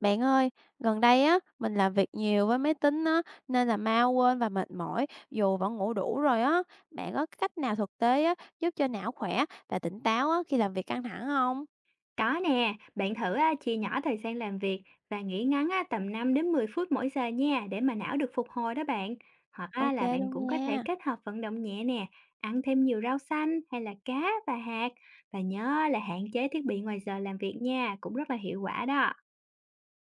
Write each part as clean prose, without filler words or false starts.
Bạn ơi, gần đây á, mình làm việc nhiều với máy tính á, nên là mau quên và mệt mỏi dù vẫn ngủ đủ rồi á. Bạn có cách nào thực tế á, giúp cho não khỏe và tỉnh táo á, khi làm việc căng thẳng không? Có nè, bạn thử à, chia nhỏ thời gian làm việc và nghỉ ngắn à, tầm 5 đến 10 phút mỗi giờ nha để mà não được phục hồi đó bạn. Hoặc à, Ok là bạn luôn cũng có thể nha. kết hợp vận động nhẹ nè, ăn thêm nhiều rau xanh hay là cá và hạt. Và nhớ là hạn chế thiết bị ngoài giờ làm việc nha, cũng rất là hiệu quả đó.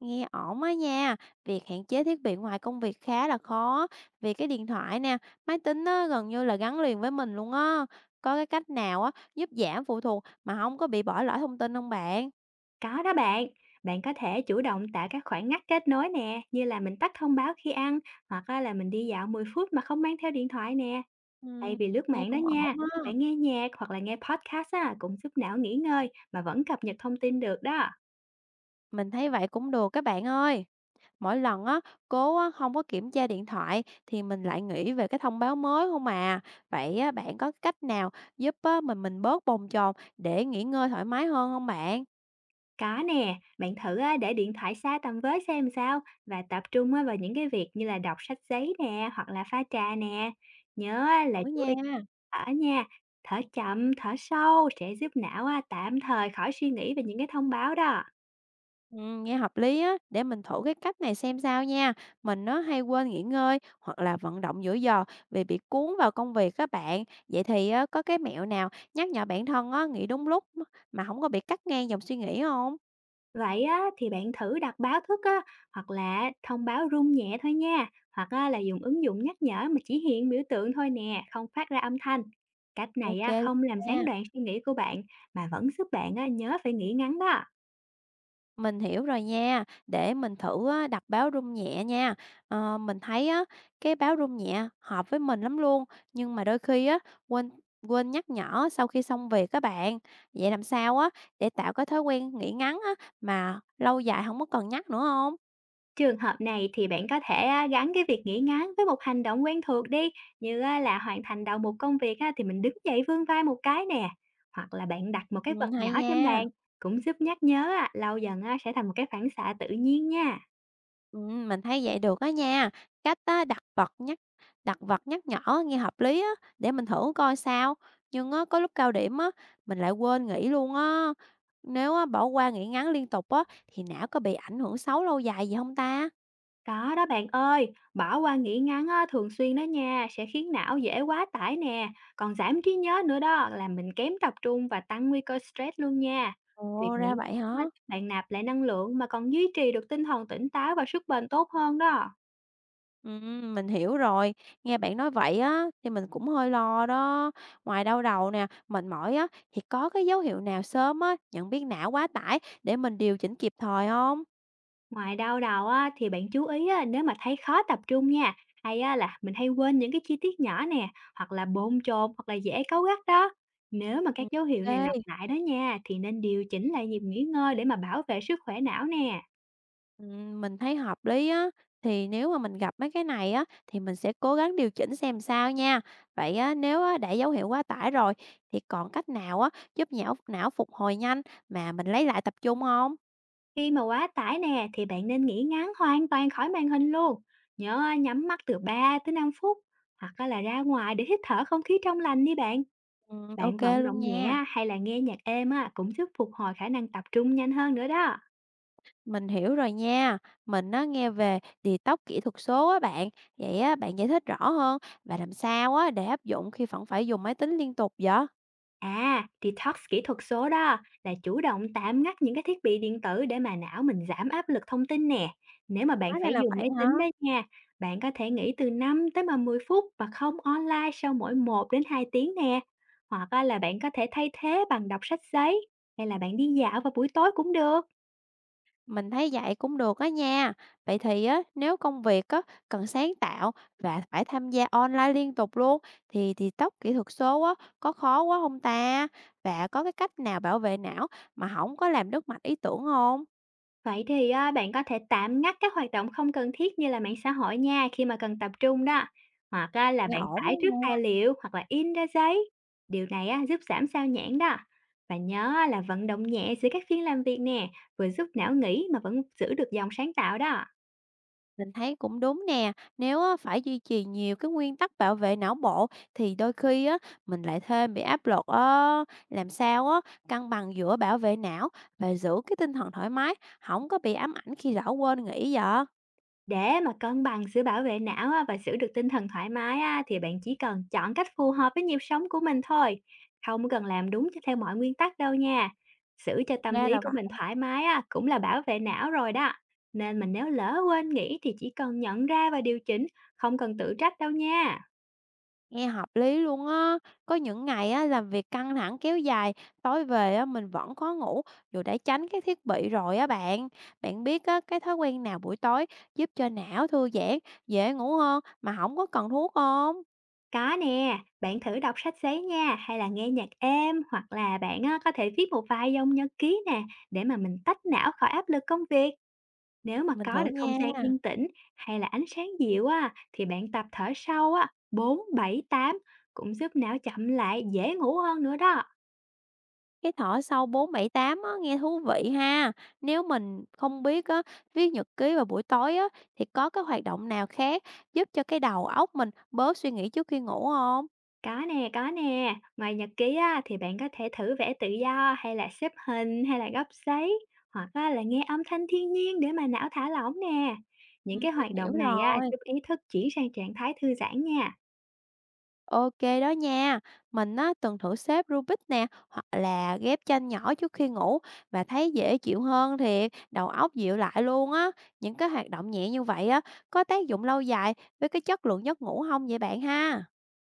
Nghe ổn á nha. Việc hạn chế thiết bị ngoài công việc khá là khó vì cái điện thoại nè, máy tính á, gần như là gắn liền với mình luôn á. Có cái cách nào á, giúp giảm phụ thuộc mà không có bị bỏ lỡ thông tin không bạn? Có đó bạn, bạn có thể chủ động tạo các khoảng ngắt kết nối nè, như là mình tắt thông báo khi ăn, hoặc á là mình đi dạo 10 phút mà không mang theo điện thoại nè. Ừ, Thay vì lướt nghe mạng đó cũng ổn nha, á. bạn nghe nhạc hoặc là nghe podcast á, cũng giúp não nghỉ ngơi mà vẫn cập nhật thông tin được đó. Mình thấy vậy cũng được các bạn ơi. Mỗi lần á, cố á, không có kiểm tra điện thoại thì mình lại nghĩ về cái thông báo mới không à. Vậy á, bạn có cách nào giúp á, mình bớt bồn chồn để nghỉ ngơi thoải mái hơn không bạn? Có nè, bạn thử á, để điện thoại xa tầm với xem sao và tập trung á, vào những cái việc như là đọc sách giấy nè hoặc là pha trà nè. Nhớ á, là Thử chú ý nha. thở nha, thở chậm, thở sâu sẽ giúp não á, tạm thời khỏi suy nghĩ về những cái thông báo đó. Ừ, nghe hợp lý á, để mình thử cái cách này xem sao nha. Mình nó hay quên nghỉ ngơi hoặc là vận động giữa giờ vì bị cuốn vào công việc các bạn. Vậy thì á, có cái mẹo nào nhắc nhở bản thân á, nghỉ đúng lúc mà không có bị cắt ngang dòng suy nghĩ không? Vậy á, thì bạn thử đặt báo thức á, hoặc là thông báo rung nhẹ thôi nha, hoặc á, là dùng ứng dụng nhắc nhở mà chỉ hiện biểu tượng thôi nè, không phát ra âm thanh. Cách này Ok á, luôn không làm nha. gián đoạn suy nghĩ của bạn mà vẫn giúp bạn á, nhớ phải nghĩ ngắn đó. Mình hiểu rồi nha, để mình thử á, đặt báo rung nhẹ nha. Ờ, mình thấy á, cái báo rung nhẹ hợp với mình lắm luôn, nhưng mà đôi khi á, quên quên nhắc nhở sau khi xong việc các bạn. Vậy làm sao á, để tạo cái thói quen nghỉ ngắn á, mà lâu dài không có cần nhắc nữa không? Trường hợp này thì bạn có thể á, gắn cái việc nghỉ ngắn với một hành động quen thuộc đi, như á, là hoàn thành đầu một công việc á, thì mình đứng dậy vươn vai một cái nè, hoặc là bạn đặt một cái vật Ừ, hay nhỏ trên nha. bàn cũng giúp nhắc nhớ á, lâu dần á, sẽ thành một cái phản xạ tự nhiên nha. Mình thấy vậy được á nha. Cách á, đặt vật nhắc nhở nghe hợp lý á, để mình thử coi sao. Nhưng á, có lúc cao điểm á, mình lại quên nghỉ luôn á. Nếu á, bỏ qua nghỉ ngắn liên tục á, thì não có bị ảnh hưởng xấu lâu dài gì không ta? Có đó bạn ơi, bỏ qua nghỉ ngắn á, thường xuyên đó nha, sẽ khiến não dễ quá tải nè, còn giảm trí nhớ nữa đó, làm mình kém tập trung và tăng nguy cơ stress luôn nha. Việc Ồ, nghỉ ra vậy hả? ngơi giúp bạn nạp lại năng lượng mà còn duy trì được tinh thần tỉnh táo và sức bền tốt hơn đó. Mình hiểu rồi. Nghe bạn nói vậy á, thì mình cũng hơi lo đó. Ngoài đau đầu nè, mệt mỏi á, thì có cái dấu hiệu nào sớm á, nhận biết não quá tải để mình điều chỉnh kịp thời không? Ngoài đau đầu á, thì bạn chú ý á, nếu mà thấy khó tập trung nha, hay á, là mình hay quên những cái chi tiết nhỏ nè, hoặc là bồn chồn, hoặc là dễ cáu gắt đó. Nếu mà các Ừm, dấu hiệu này lặp OK. lại đó nha, thì nên điều chỉnh lại nhịp nghỉ ngơi để mà bảo vệ sức khỏe não nè. Mình thấy hợp lý á, thì nếu mà mình gặp mấy cái này á, thì mình sẽ cố gắng điều chỉnh xem sao nha. Vậy á, nếu á, đã dấu hiệu quá tải rồi, thì còn cách nào á, giúp nhão não phục hồi nhanh mà mình lấy lại tập trung không. Khi mà quá tải nè, thì bạn nên nghỉ ngắn hoàn toàn khỏi màn hình luôn. Nhớ á, nhắm mắt từ 3 tới 5 phút, hoặc á, là ra ngoài để hít thở không khí trong lành đi bạn. Ô Bạn vận luôn động nha, nhẹ hay là nghe nhạc êm á, cũng giúp phục hồi khả năng tập trung nhanh hơn nữa đó. mình hiểu rồi nha. Mình á, nghe về detox kỹ thuật số á bạn, vậy á, bạn giải thích rõ hơn và làm sao á, để áp dụng khi vẫn phải dùng máy tính liên tục vậy? À, detox kỹ thuật số đó là chủ động tạm ngắt những cái thiết bị điện tử để mà não mình giảm áp lực thông tin nè. Nếu mà bạn Hóa ra phải là dùng vậy máy hả? tính đó nha, bạn có thể nghỉ từ 5 tới 10 phút và không online sau mỗi 1 đến 2 tiếng nè. Hoặc á là bạn có thể thay thế bằng đọc sách giấy hay là bạn đi dạo vào buổi tối cũng được. Mình thấy vậy cũng được á nha. Vậy thì á, nếu công việc á, cần sáng tạo và phải tham gia online liên tục luôn thì tóc kỹ thuật số á, có khó quá không ta? Và có cái cách nào bảo vệ não mà không có làm đứt mạch ý tưởng không? Vậy thì á, bạn có thể tạm ngắt các hoạt động không cần thiết như là mạng xã hội nha khi mà cần tập trung đó. Hoặc á, là Nghe bạn ổn á tải trước nha. tài liệu hoặc là in ra giấy. Điều này á, giúp giảm sao nhãng đó. Và nhớ là vận động nhẹ giữa các phiên làm việc nè, vừa giúp não nghỉ mà vẫn giữ được dòng sáng tạo đó. Mình thấy cũng đúng nè, nếu á, phải duy trì nhiều cái nguyên tắc bảo vệ não bộ thì đôi khi á, mình lại thêm bị áp lực làm sao á, cân bằng giữa bảo vệ não và giữ cái tinh thần thoải mái, không có bị ám ảnh khi lỡ quên nghỉ vậy. Để mà cân bằng giữa bảo vệ não á và giữ được tinh thần thoải mái á, thì bạn chỉ cần chọn cách phù hợp với nhịp sống của mình thôi, không cần làm đúng cho theo mọi nguyên tắc đâu nha. Giữ cho tâm Ra lý là của mình vậy, thoải mái á, cũng là bảo vệ não rồi đó. Nên mình nếu lỡ quên nghỉ thì chỉ cần nhận ra và điều chỉnh, không cần tự trách đâu nha. nghe hợp lý luôn á. Có những ngày á, làm việc căng thẳng kéo dài, tối về á, mình vẫn khó ngủ dù đã tránh cái thiết bị rồi á bạn. Bạn biết á, cái thói quen nào buổi tối giúp cho não thư giãn, dễ ngủ hơn mà không có cần thuốc không? Có nè, bạn thử đọc sách giấy nha, hay là nghe nhạc êm, hoặc là bạn á, có thể viết một vài dòng nhật ký nè, để mà mình tách não khỏi áp lực công việc. Nếu mà Mình có thử được không nha. gian yên tĩnh hay là ánh sáng dịu á, thì bạn tập thở sâu á, 4, 7, 8 cũng giúp não chậm lại, dễ ngủ hơn nữa đó. Cái thỏ sâu 478 á, nghe thú vị ha. Nếu mình không biết á, viết nhật ký vào buổi tối á, thì có cái hoạt động nào khác giúp cho cái đầu óc mình bớt suy nghĩ trước khi ngủ không? Có nè, có nè. Ngoài nhật ký á, thì bạn có thể thử vẽ tự do hay là xếp hình hay là gấp giấy hoặc á, là nghe âm thanh thiên nhiên để mà não thả lỏng nè. Những cái Mình hoạt hiểu động này á, rồi. giúp ý thức chuyển sang trạng thái thư giãn nha. OK đó nha. Mình á, từng thử xếp Rubik nè, hoặc là ghép tranh nhỏ trước khi ngủ và thấy dễ chịu hơn thiệt, đầu óc dịu lại luôn á. Những cái hoạt động nhẹ như vậy á, có tác dụng lâu dài với cái chất lượng giấc ngủ không vậy bạn ha?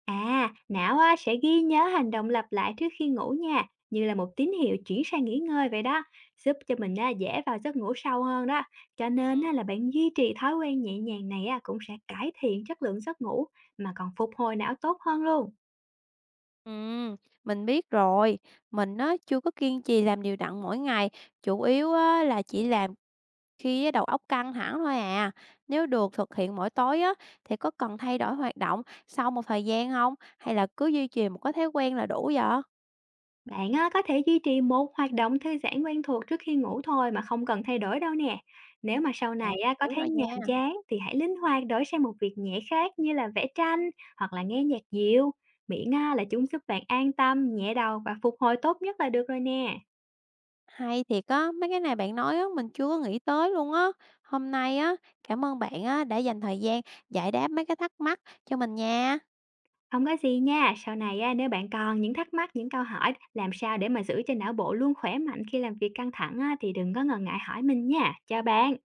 À, não á, sẽ ghi nhớ hành động lặp lại trước khi ngủ nha, như là một tín hiệu chuyển sang nghỉ ngơi vậy đó, giúp cho mình á, dễ vào giấc ngủ sâu hơn đó. Cho nên á, là bạn duy trì thói quen nhẹ nhàng này á, cũng sẽ cải thiện chất lượng giấc ngủ mà còn phục hồi não tốt hơn luôn. Ừ, mình biết rồi. Mình á, chưa có kiên trì làm đều đặn mỗi ngày, chủ yếu á, là chỉ làm khi á, đầu óc căng thẳng thôi à. Nếu được thực hiện mỗi tối á, thì có cần thay đổi hoạt động sau một thời gian không? Hay là cứ duy trì một cái thói quen là đủ vậy? Bạn á, có thể duy trì một hoạt động thư giãn quen thuộc trước khi ngủ thôi mà không cần thay đổi đâu nè. Nếu mà sau À, này mình á, có hiểu thấy rồi nha. nhàm chán thì hãy linh hoạt đổi sang một việc nhẹ khác như là vẽ tranh hoặc là nghe nhạc dịu. Miễn á, là chúng giúp bạn an tâm, nhẹ đầu và phục hồi tốt nhất là được rồi nè. Hay thiệt á, mấy cái này bạn nói á, mình chưa có nghĩ tới luôn á. Hôm nay á, cảm ơn bạn á, đã dành thời gian giải đáp mấy cái thắc mắc cho mình nha. Không có gì nha, sau này á, nếu bạn còn những thắc mắc, những câu hỏi làm sao để mà giữ cho não bộ luôn khỏe mạnh khi làm việc căng thẳng á, thì đừng có ngần ngại hỏi mình nha. Chào bạn.